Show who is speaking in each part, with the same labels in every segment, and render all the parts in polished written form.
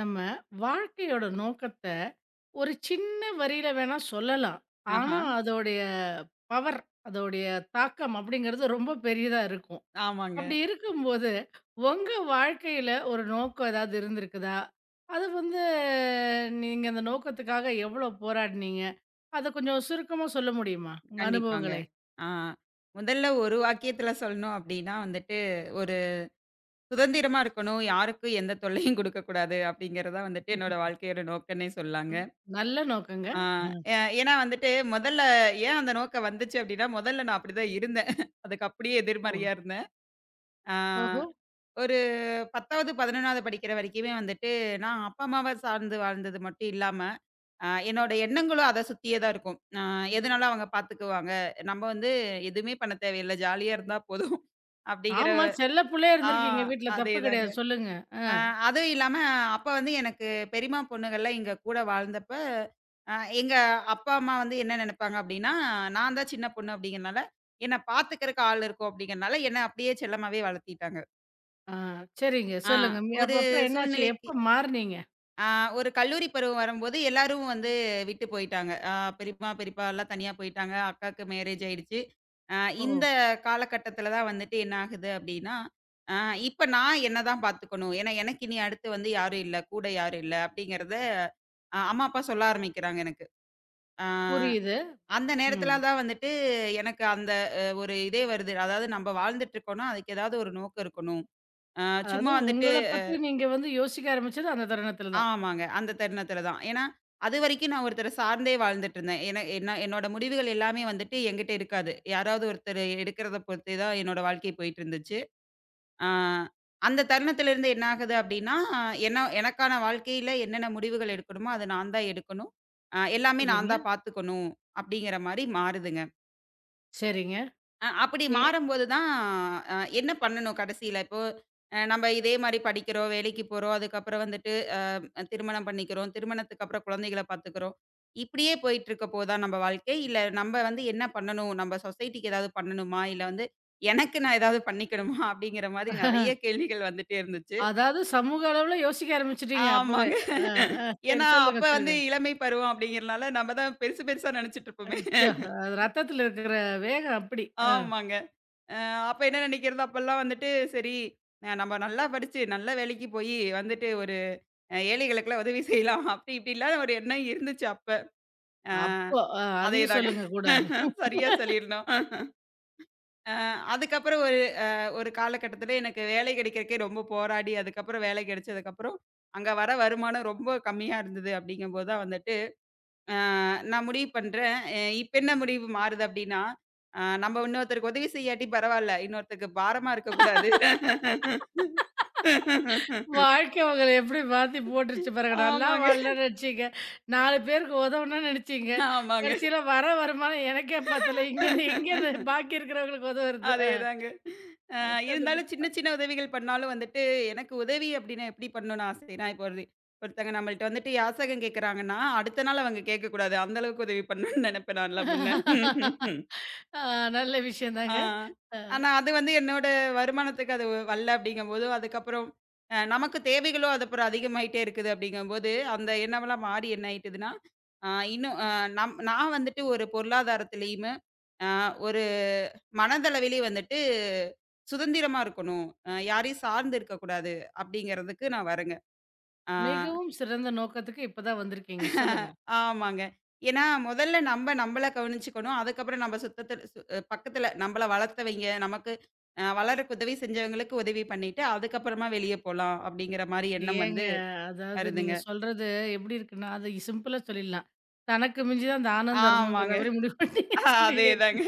Speaker 1: நம்ம வாழ்க்கையோட நோக்கத்தை ஒரு சின்ன வரியில வேணா சொல்லலாம்.
Speaker 2: ஆஹா.
Speaker 1: ஆனா, அதோடைய பவர், அதோடைய தாக்கம் அப்படிங்கிறது ரொம்ப பெரியதா இருக்கும்.
Speaker 2: ஆமாங்க.
Speaker 1: அப்படி இருக்கும்போது, உங்க வாழ்க்கையில ஒரு நோக்கம் ஏதாவது இருந்திருக்குதா? அது வந்து நீங்க அந்த நோக்கத்துக்காக எவ்வளோ போராடினீங்க? அத கொஞ்சம் சுருக்கமா சொல்ல முடியுமா? உங்க
Speaker 2: கண்டிப்பாங்க.
Speaker 1: அனுபவங்களை.
Speaker 2: ஆ. முதல்ல ஒரு வாக்கியத்துல சொல்லணும் அப்டின்னா வந்துட்டு, ஒரு சுதந்திரமா இருக்கணும். யாருக்கும் எந்த தொல்லையும் குடுக்கக்கூடாது அப்டிங்கிறது தான் வந்துட்டு என்னோட வாழ்க்கையோட நோக்கம்னே சொல்லாங்க.
Speaker 1: ம். நல்ல நோக்கங்க.
Speaker 2: ஆ
Speaker 1: அ.
Speaker 2: ஏ ஏன்னா வந்துட்டு முதல்ல ஏன் அந்த நோக்கம் வந்துச்சு அப்டின்னா, முதல்ல நான் அப்டிதான் இருந்தேன். அதுக்கு அப்டியே
Speaker 1: ஓ!
Speaker 2: எதிர்மறையா இருந்தேன். ஆ
Speaker 1: ஓஹோ!
Speaker 2: ஒரு 10வது, 11வது படிக்கிற வரைக்குமே வந்துட்டு, நான் அப்பா, அம்மாவ சார்ந்து வாழ்ந்தது மட்டும் இல்லாம, என்னோட எண்ணங்களும் அத சுத்தியே தான் இருக்கும். எதுனாலும் அவங்க பார்த்துக்குவாங்க. நம்ம வந்து எதுவுமே பண்ண தேவையில்ல. ஜாலியா இருந்தா போதும். அப்படிங்கிற
Speaker 1: ஆமா. செல்ல புள்ளையா
Speaker 2: ஆ
Speaker 1: இருந்திருக்கீங்க வீட்ல. தப்பு
Speaker 2: அதேதாங்க.
Speaker 1: கிடையாது. சொல்லுங்க.
Speaker 2: ஆ அதுவும் இல்லாம அப்ப வந்து எனக்கு பெரியம்மா பொண்ணுகள்லாம் எங்க கூட வாழ்ந்தப்ப, அ எங்க அப்பா, அம்மா வந்து என்ன நெனைப்பாங்க அப்படின்னா, நான் தான் சின்ன பொண்ணு அப்படிங்கிறனால, என்ன பார்த்துக்கிறக்கு ஆள் இருக்கும் அப்படிங்கிறனால, என்ன அப்படியே செல்லமாவே வளர்த்திட்டாங்க.
Speaker 1: ஆ, சரிங்க.
Speaker 2: ஆ
Speaker 1: சொல்லுங்க. அப்ப
Speaker 2: ஒரு
Speaker 1: அப்புறம் என்னாச்சு?
Speaker 2: சூழ்நிலைக்கு
Speaker 1: எப்ப மாறுனீங்க?
Speaker 2: ஆ ஒரு கல்லூரி பருவம் வரும்போது எல்லாரும் வந்து விட்டு போயிட்டாங்க. பெரியம்மா, பெரியப்பா எல்லாம் தனியா போயிட்டாங்க. அக்காக்கு மேரேஜ் ஆயிடுச்சு. அ
Speaker 1: ஓ!
Speaker 2: இந்த காலகட்டத்தில தான் வந்துட்டு என்ன ஆகுது அப்டின்னா, அ இப்ப நான் என்ன தான் பார்த்துக்கணும். ஏன்னா, எனக்கு இனி அடுத்து வந்து யாரும் இல்ல. கூட யாரும் இல்ல. அப்டிங்கிறத அம்மா, அப்பா சொல்ல ஆரம்பிக்கிறாங்க எனக்கு. ஆ
Speaker 1: புரியுது.
Speaker 2: அந்த
Speaker 1: ம்.
Speaker 2: நேரத்தில தான் வந்துட்டு எனக்கு அந்த ஒரு இதே வருது. அதாவது நம்ம வாழ்ந்துட்டுருக்கோம்னா, அதுக்கு ஏதாவது ஒரு நோக்கம் இருக்கணும். அ
Speaker 1: அதாவது
Speaker 2: சும்மா வந்துட்டு
Speaker 1: உங்கள பத்தி நீங்க வந்து யோசிக்க ஆரம்பிச்சது அந்த தருணத்துல தான்.
Speaker 2: ஆமாங்க. அந்த தருணத்துல தான். ஏன்னா, அதுவரைக்கும் நான் ஒருத்தர சார்ந்தே வாழ்ந்துட்டு இருந்தேன். ஏன்னா என்ன என்னோட முடிவுகள் எல்லாமே வந்துட்டு என்கிட்ட இருக்காது. யாராவது ஒருத்தர் எடுக்கிறத பொறுத்தே தான் என்னோட வாழ்க்கை போயிட்டு இருந்துச்சு. ஆ அந்த தருணத்திலிருந்து என்ன ஆகுது அப்டின்னா, என்ன எனக்கான வாழ்க்கையில என்னென்ன முடிவுகள் எடுக்கணுமோ, அத நான் தான் எடுக்கணும். எல்லாமே நான்
Speaker 1: சரிங்க,
Speaker 2: தான் பார்த்துக்கணும் அப்டிங்கிற மாரி மாறுதுங்க.
Speaker 1: சரிங்க.
Speaker 2: அப்படி
Speaker 1: ஏ
Speaker 2: மாறும்போது தான் என்ன பண்ணணும் கடைசியில இப்போ நம்ம இதே மாரி படிக்கிறோம், வேலைக்கு போறோம், அதுக்கப்புறம் வந்துட்டு திருமணம் பண்ணிக்கிறோம். திருமணத்துக்கு அப்புறம் குழந்தைகள பார்த்துக்கிறோம். இப்படியே போயிட்டுருக்க போதா நம்ம வாழ்க்கை? இல்ல நம்ம வந்து என்ன பண்ணணும்? நம்ம சொசைட்டிக்கு ஏதாவது பண்ணணுமா? இல்ல வந்து எனக்கு நான் ஏதாவது பண்ணிக்கணுமா? அப்படிங்கிற மாதிரி நெறைய கேள்விகள் வந்துட்டே இருந்துச்சு.
Speaker 1: அதாவது சமூக அளவுல யோசிக்க ஆரம்பிச்சுட்டீங்க அப்பவே.
Speaker 2: ஆமாங்க.
Speaker 1: ஆ, ஆ சரி
Speaker 2: ஏன்னா
Speaker 1: சொல்லுங்க,
Speaker 2: அப்ப வந்து
Speaker 1: சொல்லுங்க.
Speaker 2: இளமை பருவம் அப்படிங்கிறனால நம்ம தான் பெருசு பெருசா நெனைச்சுட்டு இருப்போமே.
Speaker 1: ஐயோ! அது ரத்தத்துல இருக்கிற வேகம் அப்படி. ஆ,
Speaker 2: ஆமாங்க. அ அப்ப என்ன நெனைக்கிறது? அப்பலாம் வந்துட்டு சரி நம்ம நல்லா படிச்சு, நல்ல வேலைக்கு போயி வந்துட்டு ஒரு ஏழைகளுக்கெல்லாம் உதவி செய்யலாம். அப்படி இப்படிலாம் ஒரு எண்ணம் இருந்துச்சு அப்ப. அ
Speaker 1: அப்போ அதையும்
Speaker 2: அதேதாங்க.
Speaker 1: சொல்லுங்க கூட.
Speaker 2: சரியா சொல்லியிருந்தோம். அ அதுக்கப்புறம் ஒரு ஒரு காலகட்டத்தில எனக்கு வேலை கிடைக்கிறக்கே ரொம்ப போராடி, அதுக்கப்புறம் வேலை கிடைச்சதுக்கப்புறம், அங்க வர வருமானம் ரொம்ப கம்மியா இருந்தது அப்படிங்கும்போது தான் வந்துட்டு, அ நான் முடிவு பண்றேன். இப்ப என்ன முடிவு மாறுது அப்படின்னா, நம்ம இன்னொருத்தருக்கு உதவி செய்யாட்டி பரவால்ல, இன்னொருத்தருக்கு பாரமா இருக்கக்கூடாது.
Speaker 1: வாழ்க்கை உங்கள எப்படி மாத்தி போட்டுருச்சு பாருங்க. நல்லா
Speaker 2: ஆமாங்க,
Speaker 1: வாழலாம்னு நெனச்சீங்க. 4 பேருக்கு உதவணும்னு நெனச்சீங்க.
Speaker 2: ஆமாங்க.
Speaker 1: கடைசியில வர வருமானம் எனக்கே பத்தல. இங்கேருந்து எங்கேருந்து பாக்கி இருக்கிறவங்களுக்கு உதவுறது. ஆ,
Speaker 2: அதேதாங்க. அ
Speaker 1: ஆ,
Speaker 2: இருந்தாலும்
Speaker 1: சொல்லுங்க.
Speaker 2: சின்ன, சின்ன உதவிகள் பண்ணாலும் வந்துட்டு, எனக்கு உதவி அப்படின்னா எப்படி பண்ணணும்னு ஆசைன்னா, இப்போ ஒருத்தங்க நம்மள்ட்ட வந்துட்டு யாசகம் கேட்குறாங்கன்னா, அடுத்த நாள் அவங்க கேட்கக்கூடாது. அந்த அளவுக்கு உதவி பண்ணணும்னு நெனைப்பேன் நான்லாம் முன்ன.
Speaker 1: ஆ, நல்ல
Speaker 2: ஆ.
Speaker 1: விஷயந்தாங்க. அ,
Speaker 2: ஆனா அது வந்து என்னோட வருமானத்துக்கு அது வரல அப்படிங்கும்போது, அதுக்கப்புறம் நமக்கு தேவைகளும் அது அப்புறம் அதிகமாயிட்டே இருக்குது அப்படிங்கும்போது, அந்த எண்ணமெல்லாம் மாறி என்ன ஆயிட்டுதுன்னா, அ இன்னும் அ நம் நான் வந்துட்டு ஒரு பொருளாதாரத்திலயுமே, அ மனதளவிலே வந்துட்டு சுதந்திரமா இருக்கணும். யாரையும் சார்ந்து இருக்கக்கூடாது அப்டிங்கிறதுக்கு நான் வரேங்க. ஆ
Speaker 1: மிகவும் சிறந்த நோக்கத்துக்கு இப்பதான் வந்திருக்கீங்க. சொல்லுங்க.
Speaker 2: ஆமாங்க. ஏன்னா முதல்ல நம்ப நம்பள கவனிச்சுக்கணும். அதுக்கப்புறம் நம்ம சுத்தத்துல சு பக்கத்துல நம்பள வளர்த்தவைங்க, நமக்கு வளரக்கு உதவி செஞ்சவங்களுக்கு உதவி பண்ணிட்டு, அதுக்கப்புறமா வெளிய போலாம் அப்டிங்கிற மாரி எண்ணம்
Speaker 1: ஏங்க,
Speaker 2: வந்து
Speaker 1: அதாவது
Speaker 2: வருதுங்க.
Speaker 1: நீங்க சொல்றது எப்படி இருக்குன்னா, அது சிம்பிளா சொல்லிடலாம். தனக்கு மிஞ்சிதான் தானம்
Speaker 2: ஆமாங்க.
Speaker 1: தர்மம்ங்கிற மாரி முடிவு பண்ணிட்டீங்க சொல்லிங்க.
Speaker 2: அதேதாங்க.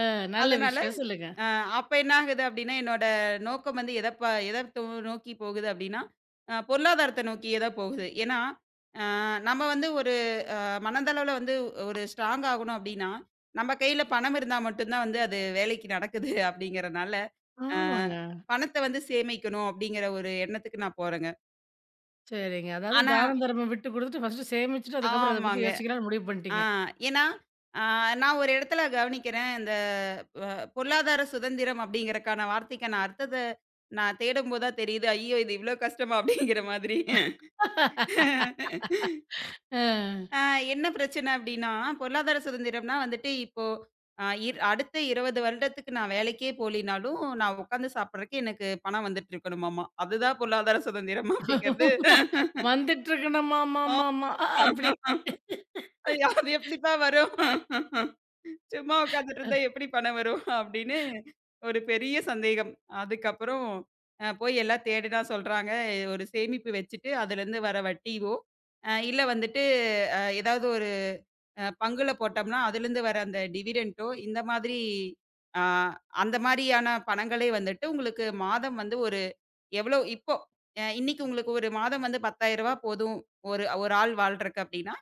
Speaker 1: அ, நல்ல
Speaker 2: அதனால
Speaker 1: விஷயம். சொல்லுங்க.
Speaker 2: அ அப்ப என்ன ஆகுது அப்படின்னா, என்னோட நோக்கம் வந்து எத ப எத தோ நோக்கி போகுது அப்படின்னா, பொருளாதாரத்த நோக்கியே தான் போகுது. ஏன்னா, அ நம்ம வந்து ஒரு அ மனதளவுல வந்து ஒரு ஸ்ட்ராங் ஆகணும் அப்படின்னா, நம்ம கையில பணம் இருந்தா மட்டும் தான் வந்து அது வேலைக்கு நடக்குது அப்படிங்கிறனால, அ
Speaker 1: ஆமாங்க.
Speaker 2: பணத்த வந்து சேமிக்கணும் அப்படிங்கிற ஒரு எண்ணத்துக்கு நான் போறேங்க.
Speaker 1: சரிங்க. அதாவது
Speaker 2: ஆனா
Speaker 1: தானம், தர்மம் விட்டு குடுத்துட்டு, ஃபர்ஸ்ட்டு சேமிச்சுட்டு, அதுக்கப்புறம் அத பத்தி
Speaker 2: ஆமாங்க.
Speaker 1: யோசிக்கலாம்ன்னு முடிவு
Speaker 2: ஆ.
Speaker 1: பண்ணிட்டீங்க.
Speaker 2: ஏன்னா, ஆ நான் ஒரு இடத்துல கவனிக்கிறேன். இந்த அ பொருளாதார சுதந்திரம் அப்படிங்கிறக்கான வார்த்தைக்கான அர்த்தத்த நான் தேடும்போது தான் தெரியுது. ஐயோ! இது இவ்ளோ கஷ்டமா? அப்படிங்கிற மாதிரி.
Speaker 1: ஆ.
Speaker 2: ஆ என்ன பிரச்சனை அப்படின்னா, பொருளாதார சுதந்திரம்னா வந்துட்டு இப்போ அ இர் அடுத்த 20 வருடத்துக்கு நான் வேலைக்கே போலினாலும், நான் உட்காந்து சாப்பிடுறக்கு எனக்கு பணம் வந்துட்டு இருக்கணுமாமா. அதுதான் பொருளாதார சுதந்திரம் அப்படிங்கிறது.
Speaker 1: வந்துட்ருக்கு
Speaker 2: ஆ
Speaker 1: நம்மமாமாமா அ அப்படி.
Speaker 2: அது எப்படிப்பா வரும்? சும்மா உட்காந்துட்டு இருந்தா எப்படி பணம் வரும்? அப்படின்னு ஒரு பெரிய சந்தேகம். அதுக்கப்புறம் போய் எல்லாம் தேடுனா சொல்றாங்க, ஒரு சேமிப்பு வச்சுட்டு அதுலேருந்து வர வட்டியோ, இல்ல வந்துட்டு ஏதாவது ஒரு பங்குல போட்டோம்னா, அதுலேருந்து வர அந்த டிவிடெண்டோ இந்த மாதிரி, அ அந்த மாரியான பணங்களே வந்துட்டு உங்களுக்கு மாதம் வந்து ஒரு எவ்வளோ இப்போ இன்னைக்கு உங்களுக்கு ஒரு மாதம் வந்து ரூ. 10,000 போதும். ஒரு ஒரு ஆள் வாழ்றக்கு அப்படின்னா,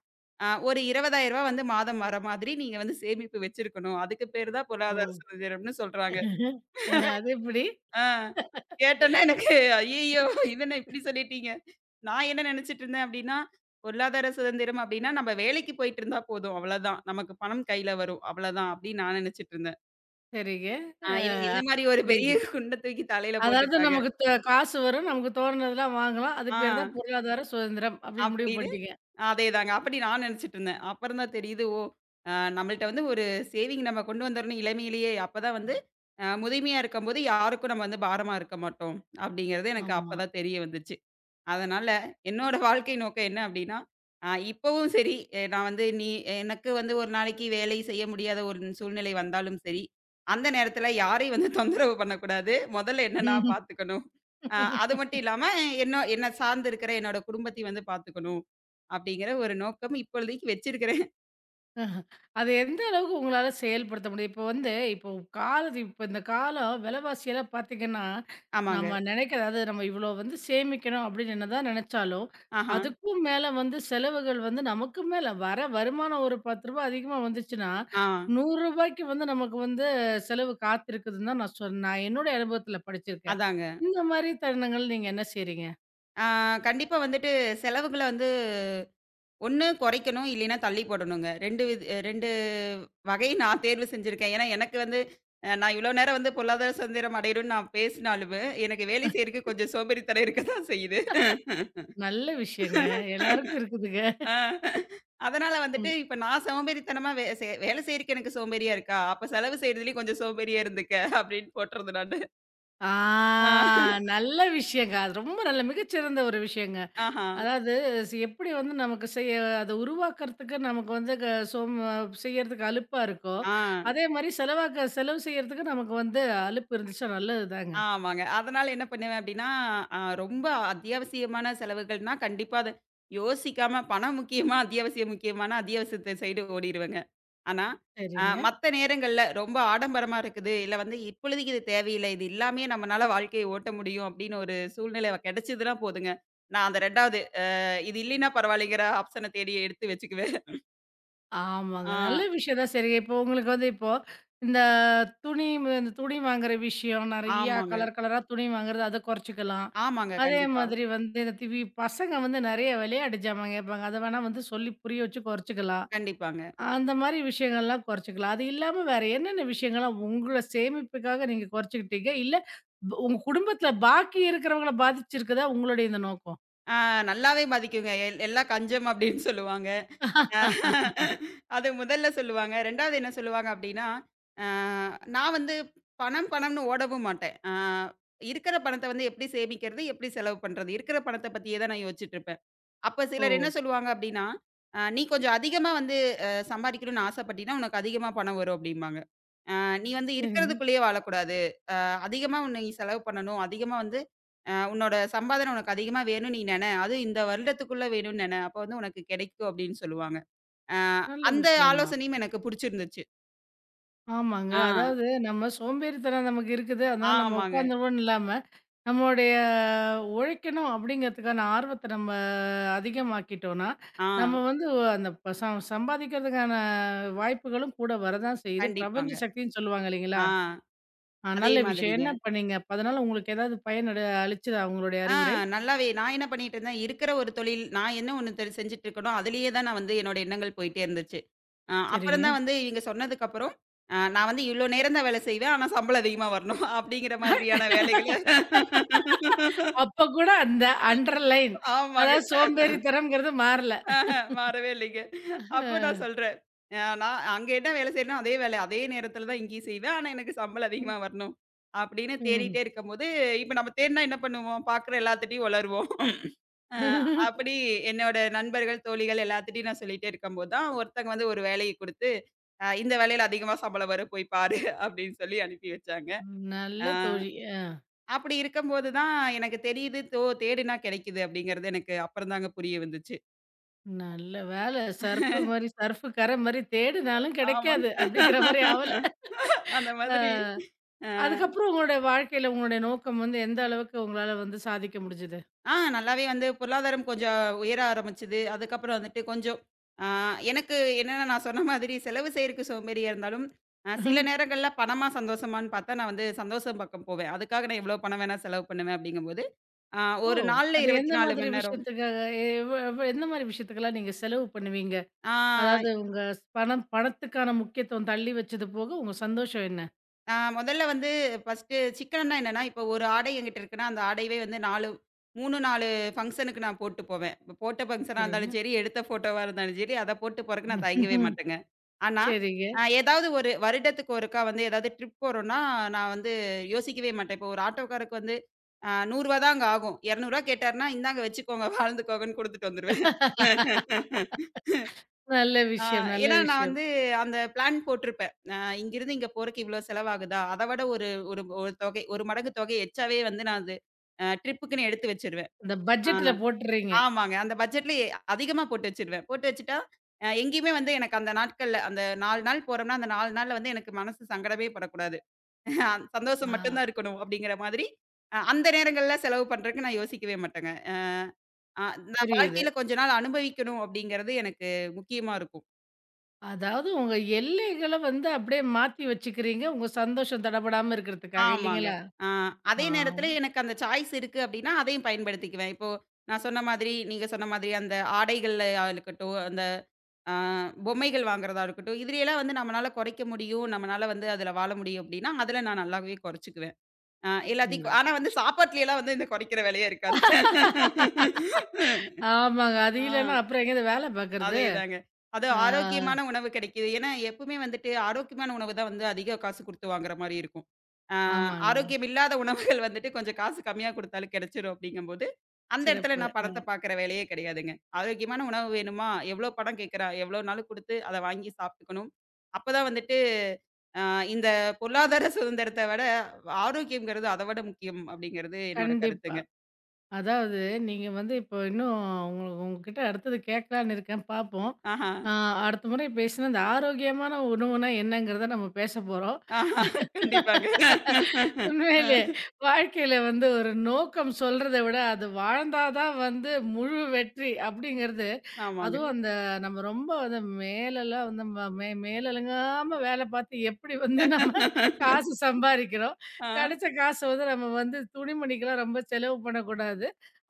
Speaker 2: ஒரு ரூ. 20,000 வந்து மாதம் வர மாதிரி நீங்க வந்து சேமிப்பு வச்சிருக்கணும். அதுக்கு பேரு தான்
Speaker 1: ஓ!
Speaker 2: பொருளாதார சுதந்திரம்னு சொல்றாங்க.
Speaker 1: அது எப்படி?
Speaker 2: ஆ கேட்டோனே எனக்கு ஐய்யயோ! இது என்ன இப்படி சொல்லிட்டீங்க? நான் என்ன நெனச்சுட்டு இருந்தேன் அப்படின்னா, பொருளாதார சுதந்திரம் அப்படின்னா, நம்ம வேலைக்கு போயிட்டு இருந்தா போதும். அவ்வளோதான். நமக்கு பணம் கையில வரும். அவ்வளோதான் அப்படின்னு நான் நெனச்சுட்டு இருந்தேன்.
Speaker 1: சரிங்க. அ
Speaker 2: இவங்க இந்த மாரி ஒரு பெரிய
Speaker 1: புரியுது.
Speaker 2: குண்ட தூக்கி தலையில
Speaker 1: அதாவது
Speaker 2: போட்டுட்டாங்க.
Speaker 1: நமக்கு காசு வரும், நமக்கு தோணுனதெல்லாம் வாங்கலாம். அது
Speaker 2: ஆ
Speaker 1: பேர் தான் பொருளாதார சுதந்திரம் அப்படின்னு
Speaker 2: அப்படி
Speaker 1: முடிவு பண்ணிட்டீங்க.
Speaker 2: அதேதாங்க. அப்படி நான் நெனச்சுட்டு இருந்தேன். அப்புறம் தான் தெரியுது, ஓ! அ நம்மள்ட்ட வந்து ஒரு சேவிங் நம்ம கொண்டு வந்துரணும் இளமையிலேயே. அப்பதான் வந்து முதுமையா இருக்கும்போது யாருக்கும் நம்ம வந்து பாரமா இருக்க மாட்டோம். அப்படிங்கிறது எனக்கு
Speaker 1: ஆமா.
Speaker 2: அப்பதான் தெரிய வந்துச்சு. அதனால என்னோட வாழ்க்கை நோக்கம் என்ன அப்படின்னா, இப்பவும் சரி, எ நான் வந்து நீ எனக்கு வந்து ஒரு நாளைக்கு வேலை செய்ய முடியாத ஒரு சூழ்நிலை வந்தாலும் சரி, அந்த நேரத்தில யாரையும் வந்து தொந்தரவு பண்ணக்கூடாது. முதல்ல என்ன நான் பார்த்துக்கணும். அ அது மட்டும் இல்லாம, என்ன என்ன சார்ந்து இருக்கிற என்னோட குடும்பத்தையும் வந்து பார்த்துக்கணும். அப்படிங்கிற ஒரு நோக்கம் இப்பொழுதைக்கு வச்சிருக்கிறேன்.
Speaker 1: அஹ. அது எந்த அளவுக்கு உங்களால செயல்படுத்த முடியும்? இப்போ வந்து இப்போ காலத்து இப்போ இந்த காலம் விலைவாசியெல்லாம் பார்த்தீங்கன்னா,
Speaker 2: ஆமாங்க.
Speaker 1: நம்ம நினைக்கிற அதாவது நம்ம இவ்வளோ வந்து சேமிக்கணும் அப்படின்னு என்னதான் நினைச்சாலும்,
Speaker 2: ஆஹா.
Speaker 1: அதுக்கும் மேல வந்து செலவுகள் வந்து நமக்கு மேல வர வருமானம் ஒரு ரூ. 10 அதிகமா வந்துச்சுன்னா, ரூ.
Speaker 2: ஆ.
Speaker 1: 100 வந்து நமக்கு வந்து செலவு காத்திருக்குதுன்னு தான் நான் நான் என்னுடைய அனுபவத்தில படிச்சிருக்கேன்.
Speaker 2: அதாங்க.
Speaker 1: இந்த மாரி தருணங்கள் நீங்க என்ன செய்றீங்க?
Speaker 2: ஆ கண்டிப்பா வந்துட்டு செலவுகள வந்து ஒண்ணு குறைக்கணும், இல்லைன்னா தள்ளி போடணுங்க. 2 வகை நான் தேர்வு செஞ்சிருக்கேன். ஏன்னா, எனக்கு வந்து நான் இவ்வளோ நேரம் வந்து பொருளாதார சுதந்திரம் அடையணும்னு நான் பேசினாலுமே, எனக்கு வேலை செய்றதுக்கு கொஞ்சம் சோம்பேறித்தனம் இருக்க தான் செய்யுது.
Speaker 1: நல்ல விஷயங்க. எல்லாருக்கும் இருக்குதுங்க.
Speaker 2: ஆ. அதனால வந்துட்டு இப்ப நான் சோம்பேறித்தனமா வே செ வேலை செய்றதுக்கு எனக்கு சோம்பேறியா இருக்கா? அப்ப செலவு செய்றதுலயும் கொஞ்சம் சோம்பேறியா இருந்துக்க அப்படின்னு போட்டுறது நானு.
Speaker 1: ஆ
Speaker 2: ஆ.
Speaker 1: நல்ல விஷயங்க. அது ரொம்ப நல்ல மிகச்சிறந்த ஒரு விஷயங்க.
Speaker 2: ஆஹா.
Speaker 1: அதாவது எப்படி வந்து நமக்கு அத உருவாக்கறதுக்கு நமக்கு வந்து க சோம் செய்யறதுக்கு அலுப்பா இருக்கோ,
Speaker 2: ஆ.
Speaker 1: அதே மாரி செலவு செய்யறதுக்கு நமக்கு வந்து அலுப்பு இருந்துச்சுன்னா நல்லது தாங்க.
Speaker 2: ஆமாங்க. அதனால என்ன பண்ணுவேன் அப்டின்னா, ரொம்ப அத்தியாவசியமான செலவுகள்னா, கண்டிப்பா அத யோசிக்காம பணம் முக்கியமா, அத்தியாவசியம் முக்கியமானா, அத்தியாவசியத்த சைடு ஓடிருவேங்க. ஆனா,
Speaker 1: சரிங்க.
Speaker 2: மத்த நேரங்கள்ல ரொம்ப ஆடம்பரமா இருக்குது, இல்ல வந்து இப்பொழுதைக்கு இது தேவையில்ல, இது இல்லாமயே நம்மனால வாழ்க்கைய ஓட்ட முடியும் அப்டின்னு ஒரு சூழ்நிலை கெடைச்சதுனா போதுங்க, நான் அந்த 2வது இது இல்லைன்னா பரவாயில்லைங்கிற ஆப்ஷன தேடி எடுத்து வச்சுக்குவேன்.
Speaker 1: ஆமாங்க.
Speaker 2: ஆ
Speaker 1: நல்ல விஷயம் தான். சரி, இப்போ உங்களுக்கு வந்து இப்போ இந்த இந்த துணி வாங்குற விஷயம் நெறையா
Speaker 2: ஆமாங்க.
Speaker 1: கலர் கலரா துணி வாங்குறது அத குறைச்சுக்கலாம்.
Speaker 2: ஆமாங்க.
Speaker 1: அதே
Speaker 2: கண்டிப்பா.
Speaker 1: மாதிரி வந்து இந்த திவி பசங்க வந்து நெறைய விளையாட்டு ஜாமான் கேட்பாங்க. அத வேணா வந்து சொல்லி புரிய வச்சு குறைச்சுக்கலாம்.
Speaker 2: கண்டிப்பாங்க.
Speaker 1: அந்த மாரி விஷயங்கள்லாம் குறைச்சுக்கலாம். அது இல்லாம வேற என்னென்ன விஷயங்கள்லாம் உங்கள சேமிப்புக்காக நீங்க குறைச்சுக்கிட்டீங்க? இல்ல உங்க குடும்பத்தில பாக்கி இருக்கிறவங்கள பாதிச்சிருக்குதா உங்களுடைய இந்த நோக்கம்?
Speaker 2: ஆ நல்லாவே பாதிக்குங்க. எல்லாம் கஞ்சம் அப்டின்னு சொல்லுவாங்க. அஹ் அது முதல்ல சொல்லுவாங்க. 2வது என்ன சொல்லுவாங்க அப்டின்னா, அ நான் வந்து பணம், பணம்னு ஓடவும் மாட்டேன். இருக்கிற பணத்த வந்து எப்டி சேமிக்கிறது? எப்டி செலவு பண்றது? இருக்கிற பணத்த பத்தியே தான் நான் யோசிச்சுட்டு இருப்பேன். அப்ப
Speaker 1: ஓ!
Speaker 2: சிலர் என்ன சொல்லுவாங்க அப்டின்னா, "நீ கொஞ்சம் அதிகமா வந்து சம்பாரிக்கணும்னு ஆசைப்பட்டீன்னா, உனக்கு அதிகமா பணம் வரும்" அப்டிம்பாங்க. " நீ வந்து
Speaker 1: சரிங்க.
Speaker 2: இருக்கிறதுக்குள்ளேயே வாழக்கூடாது. அதிகமா உன்ன நீ செலவு பண்ணணும். அதிகமா வந்து உன்னோட சம்பாதனை உனக்கு அதிகமா வேணும்னு நீ நென. அதுவும் இந்த வருடத்துக்குள்ள வேணும்னு நென. அப்ப வந்து உனக்கு கெடைக்கும்" அப்டின்னு சொல்லுவாங்க. ஆ
Speaker 1: நல்ல
Speaker 2: அந்த
Speaker 1: விஷயம் தான்.
Speaker 2: ஆலோசனையும் எனக்கு புடிச்சிருந்துச்சு.
Speaker 1: ஆமாங்க.
Speaker 2: ஆ,
Speaker 1: அதாவது நம்ம சோம்பேறித்தனம் நமக்கு இருக்குது. அதனால நம்ம
Speaker 2: ஆமாங்க.
Speaker 1: உட்காந்துருவோம்னு இல்லாம, நம்மளுடைய உழைக்கணும் அப்படிங்கிறதுக்கான ஆர்வத்த நம்ம அதிகமாக்கிட்டோம்னா,
Speaker 2: ஆ,
Speaker 1: நம்ம வந்து அந்த ப ச சம்பாதிக்கிறதுக்கான வாய்ப்புகளும் கூட வரதான் செய்யுது. பிரபஞ்ச
Speaker 2: கண்டிப்பாங்க.
Speaker 1: சக்தின்னு சொல்லுவாங்க
Speaker 2: ஆ,
Speaker 1: இல்லைங்களா? அ
Speaker 2: அதே
Speaker 1: நல்ல விஷயம்.
Speaker 2: மாதிரிங்க.
Speaker 1: என்ன பண்ணீங்க? அப்ப அதனால உங்களுக்கு ஏதாவது பயன் அளிச்சதா உங்களுடைய
Speaker 2: ஆ
Speaker 1: அறிவுரை?
Speaker 2: நல்லாவே நான் என்ன பண்ணிட்டுருந்தேன், இருக்கிற ஒரு தொழில் நான் என்ன ஒண்ணு செஞ்சுட்டு இருக்கேனோ, அதிலேயே தான் நான் வந்து என்னோட எண்ணங்கள் போயிட்டே இருந்துச்சு. அப்புறம்
Speaker 1: சரிங்க.
Speaker 2: தான் வந்து இவங்க சொன்னதுக்கப்புறம், நான் வந்து இவ்ளோ நேரம் தான் வேலை செய்வேன். ஆனா சம்பளம் அதிகமா வரணும். அப்படிங்கிற மாதிரியான வேலைகள
Speaker 1: அப்ப கூட அந்த அண்டர்லைன்
Speaker 2: ஆமாங்க.
Speaker 1: அதாவது சோம்பேறித்தனம்ங்கிறது மாறல.
Speaker 2: ஆஹ மாறவே இல்லைங்க. அப்ப நான் சொல்றேன். நான் அங்க என்ன வேலை செய்றேனோ, அதே வேலை. அதே நேரத்தில தான் இங்கேயும் செய்வேன். ஆனா, எனக்கு சம்பளம்
Speaker 1: ம்.
Speaker 2: அதிகமா வரணும். அப்படின்னு
Speaker 1: ம்.
Speaker 2: தேடிட்டே இருக்கும்போது, இப்ப நம்ம தேடுனா என்ன பண்ணுவோம்? பார்க்குற எல்லாத்துட்டயும் உளறுவோம். அ அப்படி என்னோட நண்பர்கள், தோழிகள் எல்லாத்துட்டயும் நான் சொல்லிட்டே இருக்கும்போது தான், ஒருத்தங்க வந்து ஒரு வேலைய குடுத்து, இந்த வேலையில அதிகமா சம்பளம் வரும். போய் பாரு" அப்படின்னு சொல்லி அனுப்பி வச்சாங்க.
Speaker 1: நல்ல
Speaker 2: அ
Speaker 1: தோழி. அ.
Speaker 2: அப்படி இருக்கும்போது தான் எனக்கு தெரியுது, தேடுனா கெடைக்குது அப்படிங்கிறது எனக்கு அப்புறம் தாங்க புரிய வந்துச்சு.
Speaker 1: நல்ல வேலை. சர்ஃப் கரை மாரி தேடுனாலும்
Speaker 2: ஆமாங்க.
Speaker 1: கிடைக்காது. அப்படிங்கிற மாரி அவல.
Speaker 2: அந்த மாதிரி
Speaker 1: அ
Speaker 2: அ
Speaker 1: அதுக்கப்புறம் உங்களுடைய வாழ்க்கையில உங்களுடைய நோக்கம் வந்து எந்த அளவுக்கு உங்களால வந்து சாதிக்க முடிஞ்சது?
Speaker 2: ஆ நல்லாவே வந்து பொருளாதாரம் கொஞ்சம் உயர ஆரம்பிச்சது. அதுக்கப்புறம் வந்துட்டு கொஞ்சம் ஆ எனக்கு என்னன்னா நான் சொன்ன மாதிரி செலவு செய்றக்கு சோம்பேறியா இருந்தாலும், சில நேரங்கள்ல பணமா சந்தோஷமான்னு பார்த்தா, நான் வந்து சந்தோஷம் பக்கம் போவேன். அதுக்காக நான் எவ்வளோ பணம் வேணா செலவு பண்ணுவேன் அப்படிங்கும்போது, அ
Speaker 1: ஓ!
Speaker 2: ஒரு நாள்ல
Speaker 1: அது எந்த
Speaker 2: 24
Speaker 1: மாதிரி
Speaker 2: மணி நேரம்.
Speaker 1: விஷயத்துக்காக எவ் எவ் எந்த மாரி விஷயத்துக்கெல்லாம் நீங்க செலவு பண்ணுவீங்க?
Speaker 2: ஆ
Speaker 1: அதாவது உங்க பணம் பணத்துக்கான முக்கியத்துவம் தள்ளி வச்சது போக உங்க சந்தோஷம் என்ன?
Speaker 2: நான் முதல்ல வந்து ஃபர்ஸ்ட்டு சிக்கனம்னா என்னன்னா, இப்போ ஒரு ஆடை என்கிட்ட இருக்குன்னா, அந்த ஆடையவே வந்து 4 3, 4 ஃபங்ஷனுக்கு நான் போட்டு போவேன். இப்போ போட்ட ஃபங்ஷனா
Speaker 1: சரிங்க.
Speaker 2: இருந்தாலும் சரி, எடுத்த ஃபோட்டோவா இருந்தாலும் சரி, அத போட்டு போறக்கு நான் தயங்கவே
Speaker 1: ம்.
Speaker 2: மாட்டேங்க. ஆனா,
Speaker 1: சரிங்க.
Speaker 2: ஏதாவது ஒரு வருடத்துக்கு ஒருக்கா வந்து ஏதாவது ட்ரிப் போறோம்னா, நான் வந்து யோசிக்கவே மாட்டேன். இப்போ ஒரு ஆட்டோக்காரருக்கு வந்து ரூ. 100 தான் அங்க ஆகும். ரூ. 200 கேட்டாருன்னா, "இந்தாங்க வச்சுக்கோங்க, வாழ்ந்துக்கோங்கன்னு" குடுத்துட்டு வந்துருவேன்.
Speaker 1: நல்ல
Speaker 2: ஆ,
Speaker 1: விஷயம், நல்ல
Speaker 2: ஏன்னா நான்
Speaker 1: விஷயம்.
Speaker 2: வந்து அந்த பிளான் போட்டிருப்பேன். இங்கிருந்து இங்க போறக்கு இவ்வளோ செலவாகுதா? அத விட ஒரு ஒரு ஒரு தொகை 1 மடங்கு தொகை எச்சாவே வந்து நான் அது ட்ரிப்புக்குன்னு எடுத்து வச்சுருவேன்.
Speaker 1: இந்த
Speaker 2: ஆ
Speaker 1: பட்ஜெட்ல போட்டுறீங்க.
Speaker 2: ஆமாங்க. அந்த பட்ஜெட்லயே அதிகமா போட்டு வச்சுருவேன். போட்டு வச்சுட்டா, எங்கேயுமே வந்து எனக்கு அந்த நாட்கள்ல அந்த 4 நாள் போறோம்னா, அந்த 4 நாள்ல வந்து எனக்கு மனசு சங்கடமே படக்கூடாது. ஆ, சந்தோஷம்
Speaker 1: ஆ
Speaker 2: மட்டும் தான் இருக்கணும் அப்படிங்கிற மாதிரி, அந்த நேரங்கள்ல செலவு பண்றதுக்கு நான் யோசிக்கவே மாட்டேங்க. அ நான்
Speaker 1: புரியுது.
Speaker 2: வாழ்க்கையில கொஞ்ச நாள் அனுபவிக்கணும் அப்படிங்கிறது எனக்கு முக்கியமா இருக்கும்.
Speaker 1: அதாவது உங்க எல்லைகள வந்து அப்படியே மாத்தி வச்சுக்கிறீங்க. உங்க சந்தோஷம் தடபடாம இருக்கிறதுக்காக
Speaker 2: ஆமாங்க.
Speaker 1: இல்லைங்களா?
Speaker 2: ஆ
Speaker 1: ஆ.
Speaker 2: அதே நேரத்தில எனக்கு அந்த சாய்ஸ் இருக்கு அப்டின்னா, அதையும் பயன்படுத்திக்குவேன். இப்போ நான் சொன்ன மாதிரி, நீங்க சொன்ன மாதிரி அந்த ஆடைகள்லயா இருக்கட்டும், அந்த ஆ பொம்மைகள் வாங்குறதா இருக்கட்டும், இதுலயெல்லாம் வந்து நம்மனால குறைக்க முடியும். நம்மனால வந்து அதுல வாழ முடியும் அப்டின்னா, அதுல நான் நல்லாவே குறைச்சுக்குவேன்.
Speaker 1: நல்ல
Speaker 2: ஆனா வந்து
Speaker 1: விஷயம்.
Speaker 2: சாப்பாட்லயெல்லாம் வந்து இந்த குறைக்கிற வேலையே இருக்காது.
Speaker 1: ஆமாங்க. அது
Speaker 2: ஆ.
Speaker 1: இல்லன்னா அப்புறம் எங்கேயாவது வேல பார்க்கறது?
Speaker 2: அதேதாங்க. அது
Speaker 1: ஆ.
Speaker 2: ஆரோக்கியமான உணவு கிடைக்குது. ஏன்னா, எப்பவுமே வந்துட்டு ஆரோக்கியமான உணவு தான் வந்து அதிக காசு குடுத்து வாங்குற மாரி இருக்கும். ஆ
Speaker 1: ஆமாங்க.
Speaker 2: ஆரோக்கியம் இல்லாத உணவுகள் வந்துட்டு கொஞ்சம் காசு கம்மியா குடுத்தாலும் கிடைச்சிரும் அப்படிங்கும்போது, அந்த இடத்துல
Speaker 1: சிறப்பு.
Speaker 2: நான்
Speaker 1: அ
Speaker 2: பணத்த பார்க்குற வேலையே கிடையாதுங்க. ஆரோக்கியமான உணவு வேணுமா? எவ்வளோ பணம் கேட்குறா? எவ்வளோனாலும் குடுத்து அத வாங்கி சாப்ட்டுக்கணும். அப்பதான் வந்துட்டு அ இந்த பொருளாதார சுதந்திரத்த விட ஆரோக்கியம்ங்கிறது அத விட முக்கியம் அப்படிங்கிறது என்னோட
Speaker 1: கண்டிப்பா.
Speaker 2: கருத்துங்க.
Speaker 1: அதாவது நீங்க வந்து இப்போ இன்னும் உங்ககிட்ட அடுத்தது கேட்கலான்னு இருக்கேன் பார்ப்போம்.
Speaker 2: ஆஹா,
Speaker 1: ஆ அடுத்த முறை பேசினா இந்த ஆரோக்கியமான உணவுனா என்னங்கிறத நம்ம பேச போறோம்.
Speaker 2: ஆஹா கண்டிப்பாங்க.
Speaker 1: உண்மையிலே
Speaker 2: அ
Speaker 1: வாழ்க்கையில வந்து ஒரு நோக்கம் சொல்றத விட அது வாழ்ந்தா தான் வந்து முழு வெற்றி அப்படிங்கிறது.
Speaker 2: ஆமாங்க.
Speaker 1: அதுவும் அந்த நம்ம ரொம்ப வந்து மேலெல்லாம் வந்து ம மே மேலழுங்காம வேலை பார்த்து எப்படி வந்து நம்ம காசு சம்பாரிக்கிறோம்.
Speaker 2: ஆ.
Speaker 1: கிடைச்ச காசு வந்து நம்ம வந்து துணிமணிக்கெல்லாம் ரொம்ப செலவு பண்ணக்கூடாது.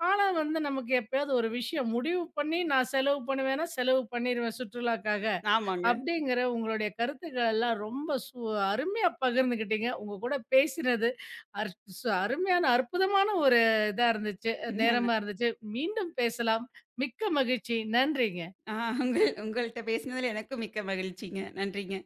Speaker 1: ஆனா வந்து நமக்கு எப்பயாவது ஒரு விஷயம் முடிவு பண்ணி நான் செலவு பண்ணுவேன்னா, செலவு பண்ணிருவேன் சுற்றுலாக்காக.
Speaker 2: ஆமாங்க.
Speaker 1: அப்படிங்கிற உங்களுடைய கருத்துக்கள் எல்லாம் ரொம்ப அருமையா பகிர்ந்துக்கிட்டீங்க. உங்க கூட பேசினது அற் சு அருமையான, அற்புதமான ஒரு இதா இருந்துச்சு. நேரமா இருந்துச்சு. மீண்டும் பேசலாம். மிக்க மகிழ்ச்சி. நன்றிங்க.
Speaker 2: ஆ உங்கள்ட்ட பேசினதுல எனக்கும் மிக்க மகிழ்ச்சிங்க. நன்றிங்க.